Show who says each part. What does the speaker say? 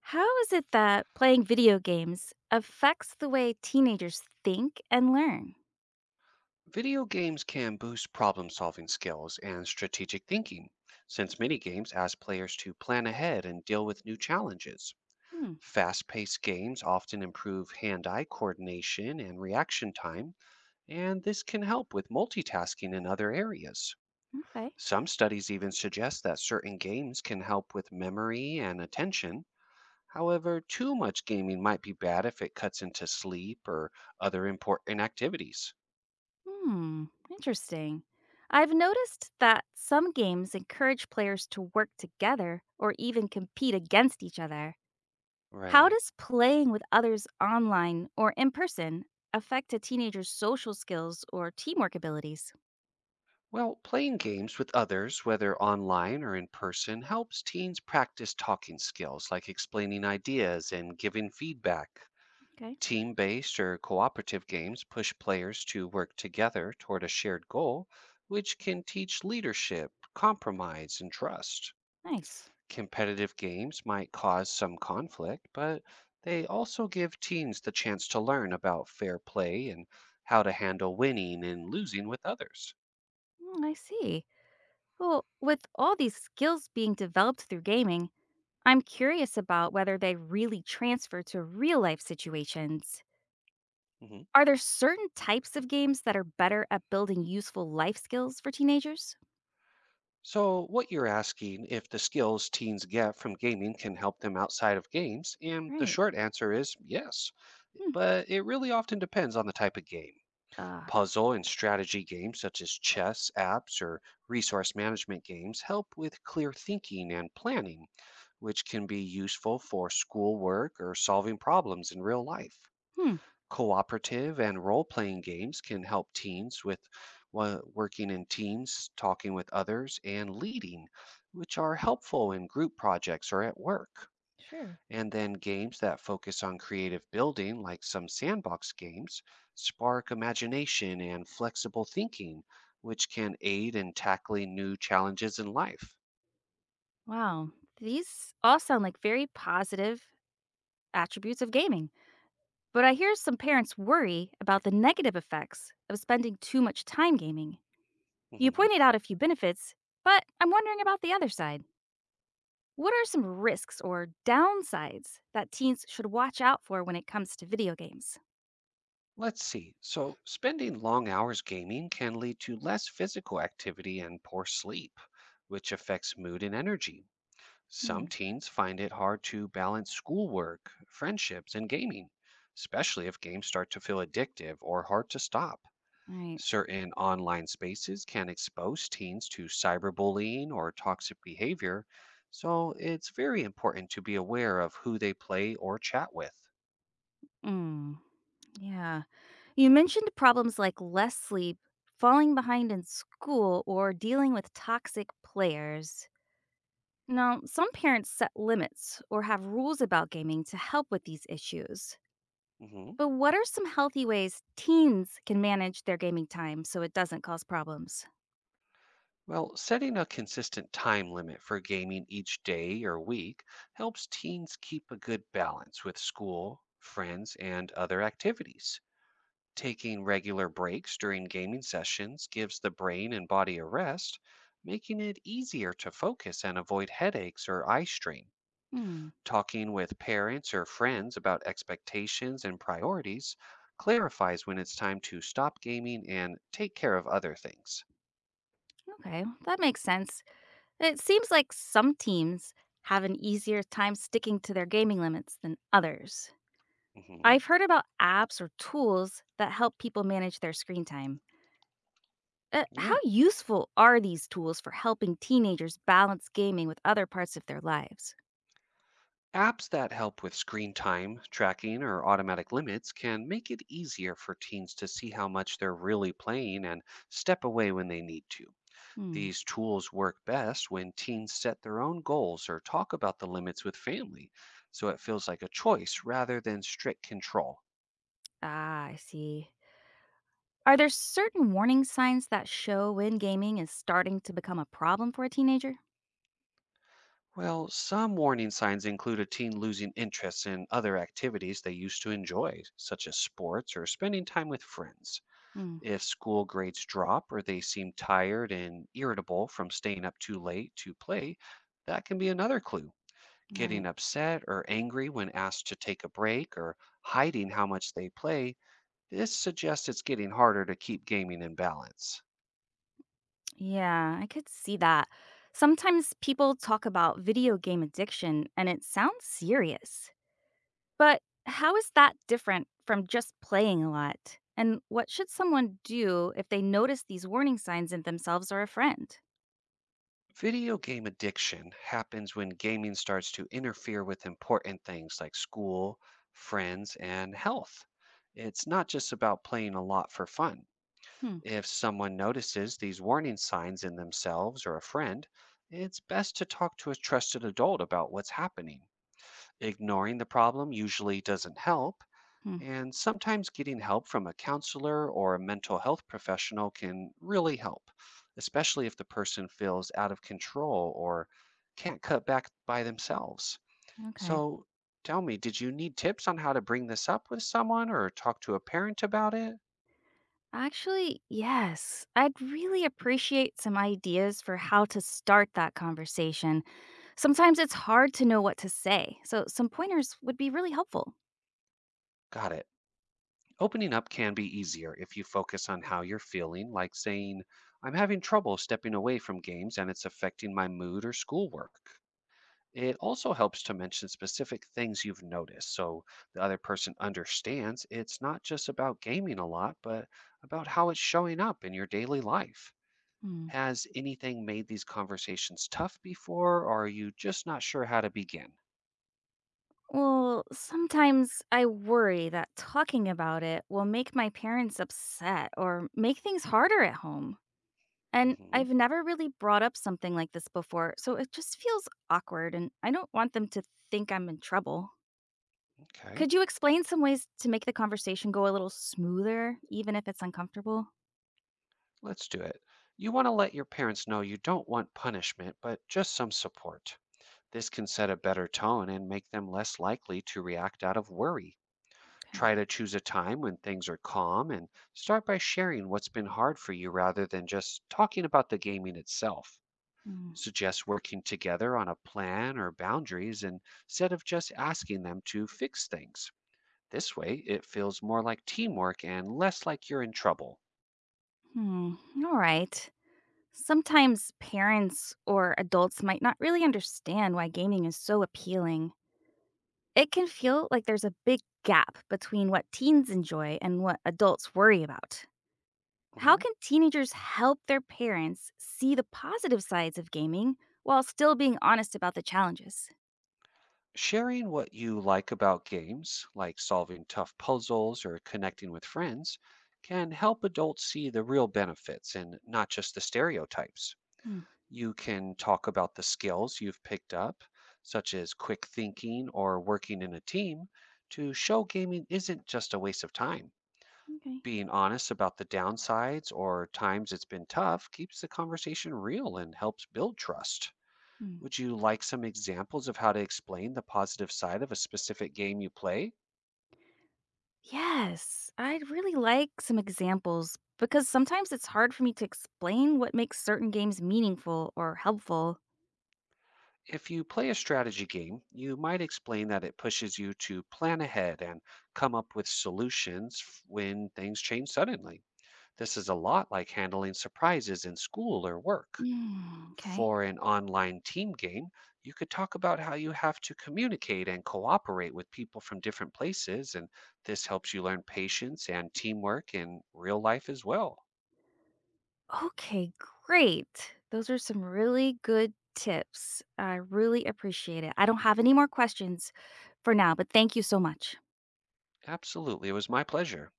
Speaker 1: How is it that playing video games affects the way teenagers think and learn?
Speaker 2: Video games can boost problem solving skills and strategic thinking, since many games ask players to plan ahead and deal with new challenges.
Speaker 1: Hmm,
Speaker 2: Fast paced games often improve hand eye coordination and reaction time, and this can help with multitasking in other areas.
Speaker 1: okay.
Speaker 2: Some studies even suggest that certain games can help with memory and attention. However, too much gaming might be bad if it cuts into sleep or other important activities.
Speaker 1: Hmm, interesting. I've noticed that some games encourage players to work together or even compete against each other. How
Speaker 2: Right.
Speaker 1: does playing with others online or in person affect a teenager's social skills or teamwork abilities?
Speaker 2: Well, playing games with others, whether online or in person, helps teens practice talking skills like explaining ideas and giving feedback.
Speaker 1: Okay,
Speaker 2: Team based or cooperative games push players to work together toward a shared goal, which can teach leadership, compromise, and trust.
Speaker 1: nice.
Speaker 2: Competitive games might cause some conflict, but they also give teens the chance to learn about fair play and how to handle winning and losing with others.
Speaker 1: Hmm, I see. Well, with all these skills being developed through gaming, I'm curious about whether they really transfer to real life situations.
Speaker 2: Mhm.
Speaker 1: Are there certain types of games that are better at building useful life skills for teenagers?
Speaker 2: So, what you're asking if the skills teens get from gaming can help them outside of games, and the
Speaker 1: Right.
Speaker 2: short answer is yes,
Speaker 1: Hmm.
Speaker 2: but it really often depends on the type of game.
Speaker 1: Uh,
Speaker 2: Puzzle and strategy games such as chess, apps, or resource management games help with clear thinking and planning, which can be useful for schoolwork or solving problems in real life.
Speaker 1: hmm.
Speaker 2: Cooperative and role playing games can help teens with working in teams, talking with others, and leading, which are helpful in group projects or at work.
Speaker 1: Sure.
Speaker 2: And then games that focus on creative building, like some sandbox games, spark imagination and flexible thinking, which can aid in tackling new challenges in life.
Speaker 1: Wow. These all sound like very positive attributes of gaming. But I hear some parents worry about the negative effects of spending too much time gaming. You
Speaker 2: Mhm.
Speaker 1: pointed out a few benefits, but I'm wondering about the other side. What are some risks or downsides that teens should watch out for when it comes to video games?
Speaker 2: Let's see. So, spending long hours gaming can lead to less physical activity and poor sleep, which affects mood and energy. Some
Speaker 1: Hmm.
Speaker 2: teens find it hard to balance schoolwork, friendships, and gaming, especially if games start to feel addictive or hard to stop.
Speaker 1: Right.
Speaker 2: Certain online spaces can expose teens to cyberbullying or toxic behavior, so it's very important to be aware of who they play or chat with.
Speaker 1: Mm. Yeah. You mentioned problems like less sleep, falling behind in school, or dealing with toxic players. Now, some parents set limits or have rules about gaming to help with these issues.
Speaker 2: Mhm.
Speaker 1: But what are some healthy ways teens can manage their gaming time so it doesn't cause problems?
Speaker 2: Well, setting a consistent time limit for gaming each day or week helps teens keep a good balance with school, friends, and other activities. Taking regular breaks during gaming sessions gives the brain and body a rest, making it easier to focus and avoid headaches or eye strain.
Speaker 1: Hmm.
Speaker 2: Talking with parents or friends about expectations and priorities clarifies when it's time to stop gaming and take care of other things.
Speaker 1: Okay, that makes sense. It seems like some teams have an easier time sticking to their gaming limits than others.
Speaker 2: Hmm.
Speaker 1: I've heard about apps or tools that help people manage their screen time. How
Speaker 2: Yeah.
Speaker 1: useful are these tools for helping teenagers balance gaming with other parts of their lives?
Speaker 2: Apps that help with screen time tracking or automatic limits can make it easier for teens to see how much they're really playing and step away when they need to.
Speaker 1: Hmm.
Speaker 2: These tools work best when teens set their own goals or talk about the limits with family, so it feels like a choice rather than strict control.
Speaker 1: Ah, I see. Are there certain warning signs that show when gaming is starting to become a problem for a teenager?
Speaker 2: Well, some warning signs include a teen losing interest in other activities they used to enjoy, such as sports or spending time with friends.
Speaker 1: Hmm.
Speaker 2: If school grades drop or they seem tired and irritable from staying up too late to play, that can be another clue.
Speaker 1: All
Speaker 2: Getting
Speaker 1: right.
Speaker 2: upset or angry when asked to take a break or hiding how much they play, this suggests it's getting harder to keep gaming in balance.
Speaker 1: Yeah, I could see that. Sometimes people talk about video game addiction and it sounds serious. But how is that different from just playing a lot? And what should someone do if they notice these warning signs in themselves or a friend?
Speaker 2: Video game addiction happens when gaming starts to interfere with important things like school, friends, and health. It's not just about playing a lot for fun.
Speaker 1: Hmm.
Speaker 2: If someone notices these warning signs in themselves or a friend, it's best to talk to a trusted adult about what's happening. Ignoring the problem usually doesn't help,
Speaker 1: Hmm.
Speaker 2: and sometimes getting help from a counselor or a mental health professional can really help, especially if the person feels out of control or can't cut back by themselves.
Speaker 1: Okay.
Speaker 2: So, tell me, did you need tips on how to bring this up with someone or talk to a parent about it?
Speaker 1: Actually, yes. I'd really appreciate some ideas for how to start that conversation. Sometimes it's hard to know what to say, so some pointers would be really helpful.
Speaker 2: Got it. Opening up can be easier if you focus on how you're feeling, like saying, I'm having trouble stepping away from games and it's affecting my mood or schoolwork. It also helps to mention specific things you've noticed so the other person understands it's not just about gaming a lot, but about how it's showing up in your daily life.
Speaker 1: Hmm.
Speaker 2: Has anything made these conversations tough before, or are you just not sure how to begin?
Speaker 1: Well, sometimes I worry that talking about it will make my parents upset or make things harder at home. And
Speaker 2: Hmm.
Speaker 1: I've never really brought up something like this before, so it just feels awkward and I don't want them to think I'm in trouble.
Speaker 2: Okay.
Speaker 1: Could you explain some ways to make the conversation go a little smoother, even if it's uncomfortable?
Speaker 2: Let's do it. You want to let your parents know you don't want punishment, but just some support. This can set a better tone and make them less likely to react out of worry.
Speaker 1: Okay.
Speaker 2: Try to choose a time when things are calm and start by sharing what's been hard for you rather than just talking about the gaming itself.
Speaker 1: Mm,
Speaker 2: Suggest working together on a plan or boundaries instead of just asking them to fix things. This way, it feels more like teamwork and less like you're in trouble.
Speaker 1: hmm. All right. Sometimes parents or adults might not really understand why gaming is so appealing. It can feel like there's a big gap between what teens enjoy and what adults worry about. How
Speaker 2: Mhm.
Speaker 1: can teenagers help their parents see the positive sides of gaming while still being honest about the challenges?
Speaker 2: Sharing what you like about games, like solving tough puzzles or connecting with friends, can help adults see the real benefits and not just the stereotypes.
Speaker 1: Hmm,
Speaker 2: You can talk about the skills you've picked up, such as quick thinking or working in a team, to show gaming isn't just a waste of time.
Speaker 1: okay.
Speaker 2: Being honest about the downsides or times it's been tough keeps the conversation real and helps build trust.
Speaker 1: Hmm.
Speaker 2: Would you like some examples of how to explain the positive side of a specific game you play?
Speaker 1: Yes, I'd really like some examples because sometimes it's hard for me to explain what makes certain games meaningful or helpful.
Speaker 2: If you play a strategy game, you might explain that it pushes you to plan ahead and come up with when things change suddenly. This is a lot like handling surprises in school or work.
Speaker 1: Mm, okay.
Speaker 2: For an online team game, you could talk about how you have to communicate and cooperate with people from different places. And this helps you learn patience and teamwork in real life as well.
Speaker 1: Okay, great. Those are some really good tips. I really appreciate it. I don't have any more questions for now, but thank you so much.
Speaker 2: Absolutely. It was my pleasure.